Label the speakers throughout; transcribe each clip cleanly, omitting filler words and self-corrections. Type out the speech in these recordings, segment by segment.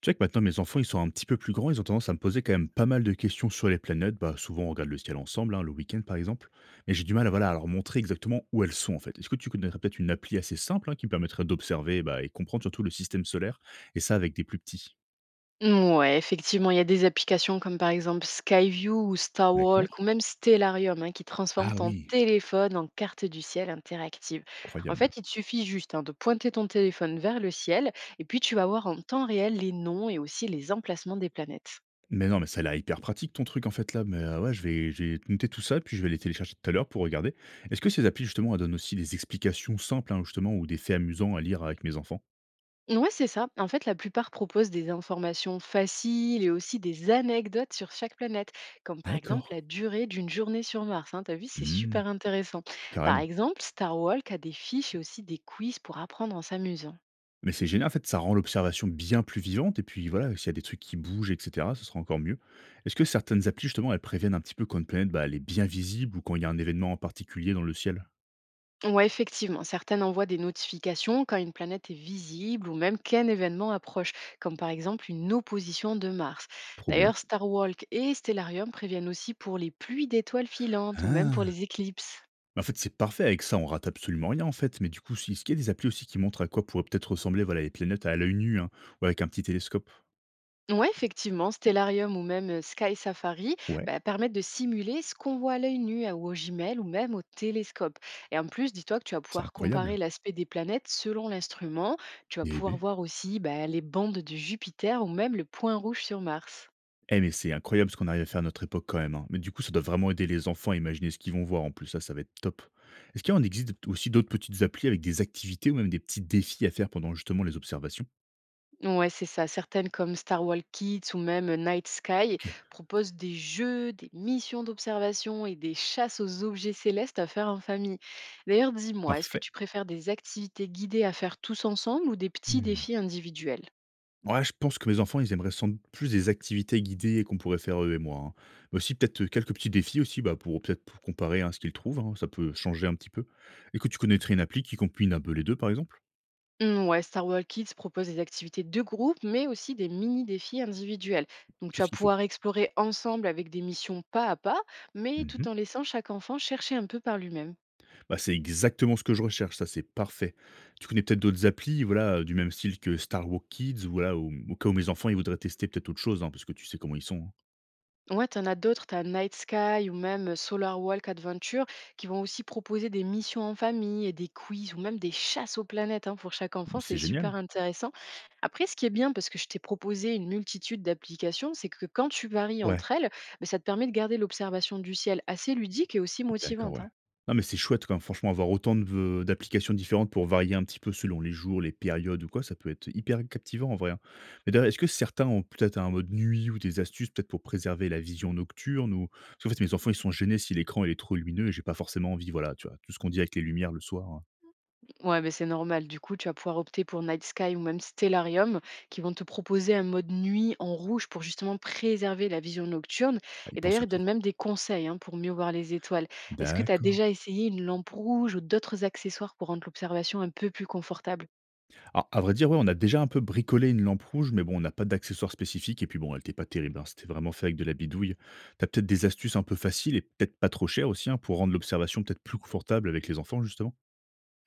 Speaker 1: Tu sais que maintenant mes enfants, ils sont un petit peu plus grands, ils ont tendance à me poser quand même pas mal de questions sur les planètes. Bah, souvent, on regarde le ciel ensemble, hein, le week-end par exemple. Mais j'ai du mal à, voilà, à leur montrer exactement où elles sont en fait. Est-ce que tu connaîtrais peut-être une appli assez simple hein, qui me permettrait d'observer bah, et comprendre surtout le système solaire, et ça avec des plus petits.
Speaker 2: Ouais, effectivement, il y a des applications comme par exemple Skyview ou
Speaker 1: D'accord.
Speaker 2: Starwalk ou même Stellarium, hein, qui transforment
Speaker 1: Ah
Speaker 2: ton
Speaker 1: oui.
Speaker 2: téléphone en carte du ciel interactive. En
Speaker 1: Incroyable.
Speaker 2: fait, il te suffit juste, hein, de pointer ton téléphone vers le ciel et puis tu vas voir en temps réel les noms et aussi les emplacements des planètes.
Speaker 1: Mais non, mais ça a l'air hyper pratique ton truc en fait là. Mais ouais, je vais, j'ai noté tout ça, puis je vais les télécharger tout à l'heure pour regarder. Est-ce que ces applis justement, elles donnent aussi des explications simples hein, justement ou des faits amusants à lire avec mes enfants?
Speaker 2: Ouais, c'est ça. En fait, la plupart proposent des informations faciles et aussi des anecdotes sur chaque planète, comme par exemple
Speaker 1: D'accord.
Speaker 2: la durée d'une journée sur Mars. Hein. T'as vu, c'est
Speaker 1: Hmm.
Speaker 2: super intéressant. Par
Speaker 1: Carrément.
Speaker 2: exemple, Star Walk a des fiches et aussi des quiz pour apprendre en s'amusant.
Speaker 1: Mais c'est génial, en fait, ça rend l'observation bien plus vivante et puis voilà, s'il y a des trucs qui bougent et cetera, ce sera encore mieux. Est-ce que certaines applis justement, elles préviennent un petit peu quand une planète, bah, elle est bien visible ou quand il y a un événement en particulier dans le ciel?
Speaker 2: Ouais, effectivement, certaines envoient des notifications quand une planète est visible ou même qu'un événement approche, comme par exemple une opposition de Mars.
Speaker 1: Trop bien.
Speaker 2: D'ailleurs, Star Walk et Stellarium préviennent aussi pour les pluies d'étoiles filantes ou même pour
Speaker 1: Ah!
Speaker 2: les éclipses.
Speaker 1: Mais en fait, c'est parfait, avec ça, on rate absolument rien en fait, mais du coup, si est-ce qu'il y a des applis aussi qui montrent à quoi pourraient peut-être ressembler, voilà, les planètes à l'œil nu, hein, ou avec un petit télescope?
Speaker 2: Ouais, effectivement, Stellarium ou même Sky Safari
Speaker 1: Ouais,
Speaker 2: bah, permettent de simuler ce qu'on voit à l'œil nu ou au jumelles ou même au télescope. Et en plus, dis-toi que tu vas
Speaker 1: c'est
Speaker 2: pouvoir comparer
Speaker 1: incroyable.
Speaker 2: l'aspect des planètes selon l'instrument. Tu vas
Speaker 1: Eh
Speaker 2: pouvoir
Speaker 1: beh!
Speaker 2: voir aussi bah, les bandes de Jupiter ou même le point rouge sur Mars.
Speaker 1: Eh mais c'est incroyable ce qu'on arrive à faire à notre époque quand même, hein. Mais du coup, ça doit vraiment aider les enfants à imaginer ce qu'ils vont voir en plus, ça va être top. Est-ce qu'il y en existe aussi d'autres petites applis avec des activités ou même des petits défis à faire pendant justement les observations?
Speaker 2: Ouais, c'est ça. Certaines comme Star Wars Kids ou même Night Sky
Speaker 1: Ok.
Speaker 2: proposent des jeux, des missions d'observation et des chasses aux objets célestes à faire en famille. D'ailleurs, dis-moi, est-ce que
Speaker 1: Parfait.
Speaker 2: tu préfères des activités guidées à faire tous ensemble ou des petits
Speaker 1: Hmm.
Speaker 2: défis individuels?
Speaker 1: Ouais, je pense que mes enfants, ils aimeraient sans doute plus des activités guidées qu'on pourrait faire eux et moi, hein. Mais aussi peut-être quelques petits défis aussi, bah, pour peut-être pour comparer à ce qu'ils trouvent, hein, ça peut changer un petit peu. Et que tu connaîtrais une appli qui combine un peu les deux, par exemple?
Speaker 2: Hmm, ouais, Star Wars Kids propose des activités de groupe, mais aussi des mini-défis individuels. Donc
Speaker 1: Tout
Speaker 2: tu
Speaker 1: ce
Speaker 2: vas
Speaker 1: qu'il faut.
Speaker 2: pouvoir explorer ensemble avec des missions pas à pas, mais tout en laissant chaque enfant chercher un peu par lui-même.
Speaker 1: Bah, c'est exactement ce que je recherche, ça, c'est parfait. Tu connais peut-être d'autres applis, voilà, du même style que Star Walk Kids, voilà, au cas où mes enfants, ils voudraient tester peut-être autre chose, hein, parce que tu sais comment ils sont, hein.
Speaker 2: Ouais, t'en as d'autres, t'as Night Sky ou même Solar Walk Adventure qui vont aussi proposer des missions en famille et des quiz ou même des chasses aux planètes, hein, pour chaque
Speaker 1: Mais
Speaker 2: enfant,
Speaker 1: c'est
Speaker 2: c'est
Speaker 1: génial.
Speaker 2: super intéressant. Après, ce qui est bien, parce que je t'ai proposé une multitude d'applications, c'est que quand tu varies
Speaker 1: Ouais,
Speaker 2: entre elles, ben, ça te permet de garder l'observation du ciel assez ludique et aussi
Speaker 1: d'accord,
Speaker 2: motivante,
Speaker 1: ouais.
Speaker 2: hein.
Speaker 1: Non, mais c'est chouette quand même, franchement, avoir autant de d'applications différentes pour varier un petit peu selon les jours, les périodes ou quoi, ça peut être hyper captivant en vrai, hein. Mais d'ailleurs, est-ce que certains ont peut-être un mode nuit ou des astuces peut-être pour préserver la vision nocturne ou parce qu'en fait, mes enfants, ils sont gênés si l'écran, il est trop lumineux et j'ai pas forcément envie, voilà, tu vois, tout ce qu'on dit avec les lumières le soir, hein.
Speaker 2: Ouais, mais c'est normal. Du coup, tu vas pouvoir opter pour Night Sky ou même Stellarium, qui vont te proposer un mode nuit en rouge pour justement préserver la vision nocturne.
Speaker 1: Ah, ils
Speaker 2: Et
Speaker 1: pensent
Speaker 2: d'ailleurs,
Speaker 1: à
Speaker 2: ils
Speaker 1: tout.
Speaker 2: donnent même des conseils, hein, pour mieux voir les étoiles. Est-ce que tu as
Speaker 1: D'accord.
Speaker 2: déjà essayé une lampe rouge ou d'autres accessoires pour rendre l'observation un peu plus confortable?
Speaker 1: Alors, à vrai dire, ouais, on a déjà un peu bricolé une lampe rouge, mais bon, on n'a pas d'accessoires spécifiques. Et puis bon, elle était pas terrible, hein. C'était vraiment fait avec de la bidouille. T'as peut-être des astuces un peu faciles et peut-être pas trop chères aussi, hein, pour rendre l'observation peut-être plus confortable avec les enfants, justement.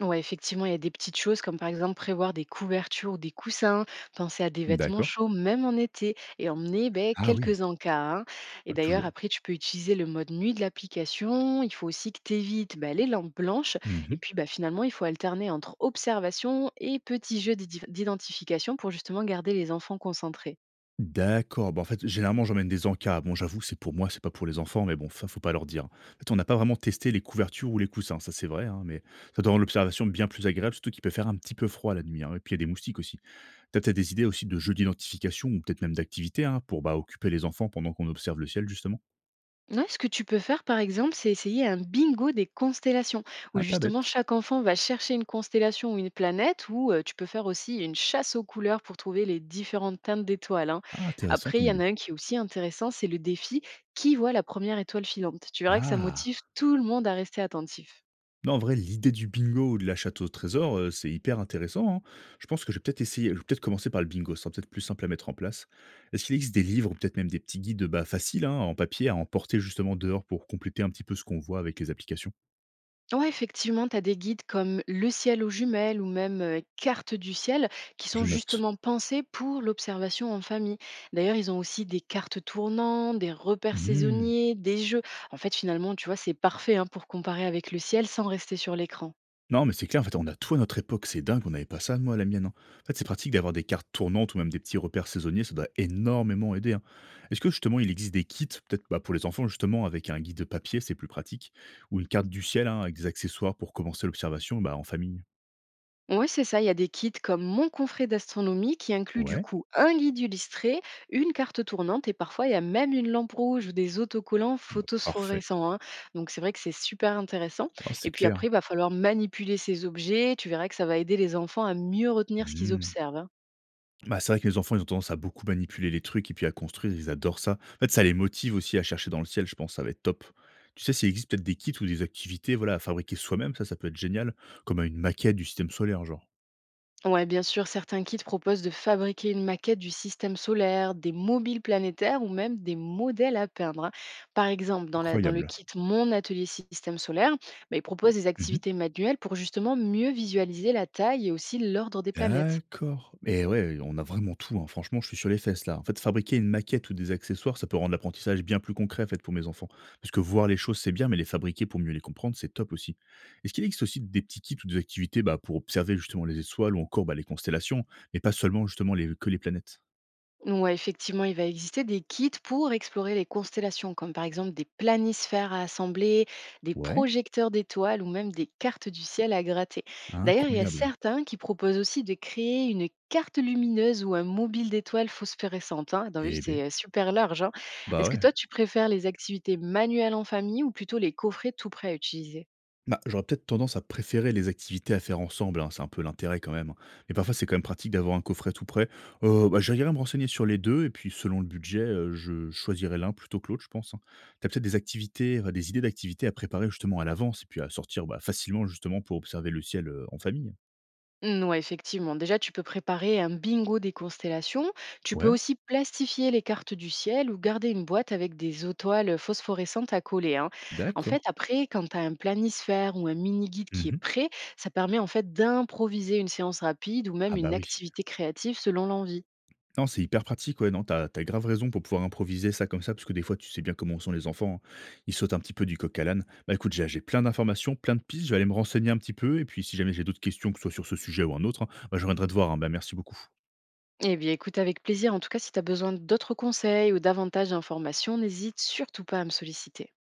Speaker 2: Ouais, effectivement, il y a des petites choses comme par exemple prévoir des couvertures ou des coussins, penser à des vêtements
Speaker 1: D'accord.
Speaker 2: chauds même en été et emmener ben,
Speaker 1: Ah oui,
Speaker 2: quelques encas, hein. Et
Speaker 1: ah,
Speaker 2: d'ailleurs,
Speaker 1: toujours.
Speaker 2: après, tu peux utiliser le mode nuit de l'application. Il faut aussi que tu évites ben, les lampes blanches. Et
Speaker 1: Mhm.
Speaker 2: puis, bah, finalement, il faut alterner entre observation et petits jeux d'identification pour justement garder les enfants concentrés.
Speaker 1: D'accord. Bah, en fait, généralement, j'emmène des encas. Bon, j'avoue, c'est pour moi, c'est pas pour les enfants, mais bon, ça, faut pas leur dire. En fait, on n'a pas vraiment testé les couvertures ou les coussins, ça c'est vrai, hein, mais ça doit rendre l'observation bien plus agréable, surtout qu'il peut faire un petit peu froid la nuit, hein, et puis il y a des moustiques aussi. T'as as peut-être des idées aussi de jeux d'identification ou peut-être même d'activités, hein, pour, bah, occuper les enfants pendant qu'on observe le ciel justement?
Speaker 2: Ouais, ce que tu peux faire, par exemple, c'est essayer un bingo des constellations, où
Speaker 1: Ah, pas
Speaker 2: justement
Speaker 1: bête.
Speaker 2: chaque enfant va chercher une constellation ou une planète, ou tu peux faire aussi une chasse aux couleurs pour trouver les différentes teintes d'étoiles, hein.
Speaker 1: Ah, intéressant
Speaker 2: Après, il
Speaker 1: comme
Speaker 2: y en
Speaker 1: idée.
Speaker 2: a un qui est aussi intéressant, c'est le défi qui voit la première étoile filante. Tu verras que ça
Speaker 1: Ah!
Speaker 2: motive tout le monde à rester attentif.
Speaker 1: Non, en vrai, l'idée du bingo ou de la château au trésor, c'est hyper intéressant, hein. Je pense que je vais peut-être essayer, je vais peut-être commencer par le bingo, ce sera peut-être plus simple à mettre en place. Est-ce qu'il existe des livres ou peut-être même des petits guides, bah, faciles, hein, en papier à emporter justement dehors pour compléter un petit peu ce qu'on voit avec les applications?
Speaker 2: Ouais, effectivement, tu as des guides comme Le ciel aux jumelles ou même Carte du ciel qui sont
Speaker 1: Je note.
Speaker 2: justement pensés pour l'observation en famille. D'ailleurs, ils ont aussi des cartes tournantes, des repères
Speaker 1: Mmh.
Speaker 2: saisonniers, des jeux. En fait, finalement, tu vois, c'est parfait, hein, pour comparer avec le ciel sans rester sur l'écran.
Speaker 1: Non, mais c'est clair, en fait, on a tout à notre époque, c'est dingue, on n'avait pas ça, moi, à la mienne, hein. En fait, c'est pratique d'avoir des cartes tournantes ou même des petits repères saisonniers, ça doit énormément aider, hein. Est-ce que, justement, il existe des kits, peut-être bah, pour les enfants, justement, avec un guide de papier, c'est plus pratique, ou une carte du ciel, hein, avec des accessoires pour commencer l'observation bah, en famille?
Speaker 2: Oui, c'est ça. Il y a des kits comme Mon confrère d'astronomie qui inclut du
Speaker 1: Ouais,
Speaker 2: coup un guide illustré, une carte tournante et parfois il y a même une lampe rouge ou des autocollants
Speaker 1: bah, parfait.
Speaker 2: photosphorescents, hein. Donc c'est vrai que c'est super intéressant.
Speaker 1: Ah, c'est
Speaker 2: Et puis après,
Speaker 1: clair.
Speaker 2: il va falloir manipuler ces objets. Tu verras que ça va aider les enfants à mieux retenir ce qu'ils
Speaker 1: Mmh.
Speaker 2: observent, hein.
Speaker 1: Bah, c'est vrai que les enfants, ils ont tendance à beaucoup manipuler les trucs et puis à construire, ils adorent ça. En fait, ça les motive aussi à chercher dans le ciel, je pense, ça va être top. Tu sais, s'il existe peut-être des kits ou des activités voilà, à fabriquer soi-même, ça peut être génial, comme à une maquette du système solaire, genre.
Speaker 2: Ouais, bien sûr, certains kits proposent de fabriquer une maquette du système solaire, des mobiles planétaires ou même des modèles à peindre, hein. Par exemple, dans le
Speaker 1: Incroyable.
Speaker 2: kit Mon atelier système solaire, bah, ils proposent des
Speaker 1: Mhm.
Speaker 2: activités manuelles pour justement mieux visualiser la taille et aussi l'ordre des planètes.
Speaker 1: D'accord. Et ouais, on a vraiment tout, hein. Franchement, je suis sur les fesses là. En fait, fabriquer une maquette ou des accessoires, ça peut rendre l'apprentissage bien plus concret en fait pour mes enfants. Parce que voir les choses, c'est bien, mais les fabriquer pour mieux les comprendre, c'est top aussi. Est-ce qu'il existe aussi des petits kits ou des activités bah, pour observer justement les étoiles ou encore bah, les constellations, mais pas seulement justement les, que les planètes?
Speaker 2: Ouais, effectivement, il va exister des kits pour explorer les constellations, comme par exemple des planisphères à assembler, des
Speaker 1: Ouais,
Speaker 2: projecteurs d'étoiles ou même des cartes du ciel à gratter. D'ailleurs, il y a
Speaker 1: incroyable.
Speaker 2: certains qui proposent aussi de créer une carte lumineuse ou un mobile d'étoiles phosphorescentes. Hein. T'as vu,
Speaker 1: Eh
Speaker 2: c'est
Speaker 1: ben,
Speaker 2: super large, hein.
Speaker 1: bah
Speaker 2: Est-ce que
Speaker 1: ouais.
Speaker 2: toi, tu préfères les activités manuelles en famille ou plutôt les coffrets tout prêts à utiliser?
Speaker 1: Bah, j'aurais peut-être tendance à préférer les activités à faire ensemble, hein, c'est un peu l'intérêt quand même, hein. Mais parfois, c'est quand même pratique d'avoir un coffret tout prêt. Bah, j'irai me renseigner sur les deux, et puis selon le budget, je choisirai l'un plutôt que l'autre, je pense, hein. T'as peut-être des activités, enfin, des idées d'activités à préparer justement à l'avance, et puis à sortir bah, facilement justement pour observer le ciel en famille.
Speaker 2: Mmh, ouais, effectivement. Déjà, tu peux préparer un bingo des constellations. Tu peux
Speaker 1: Ouais,
Speaker 2: aussi plastifier les cartes du ciel ou garder une boîte avec des étoiles phosphorescentes à coller, hein. En fait,
Speaker 1: d'accord.
Speaker 2: après, quand tu as un planisphère ou un mini-guide qui est
Speaker 1: Mhm.
Speaker 2: prêt, ça permet en fait d'improviser une séance rapide ou même
Speaker 1: Ah bah
Speaker 2: une
Speaker 1: oui.
Speaker 2: activité créative selon l'envie.
Speaker 1: Non, c'est hyper pratique, ouais, non, T'as as grave raison pour pouvoir improviser ça comme ça, parce que des fois, tu sais bien comment sont les enfants, hein. Ils sautent un petit peu du coq à l'âne. Bah, écoute, j'ai plein d'informations, plein de pistes, je vais aller me renseigner un petit peu et puis si jamais j'ai d'autres questions, que ce soit sur ce sujet ou un autre, hein, bah, je reviendrai te voir, hein. Bah, merci beaucoup.
Speaker 2: Eh bien, écoute, avec plaisir. En tout cas, si tu as besoin d'autres conseils ou davantage d'informations, n'hésite surtout pas à me solliciter.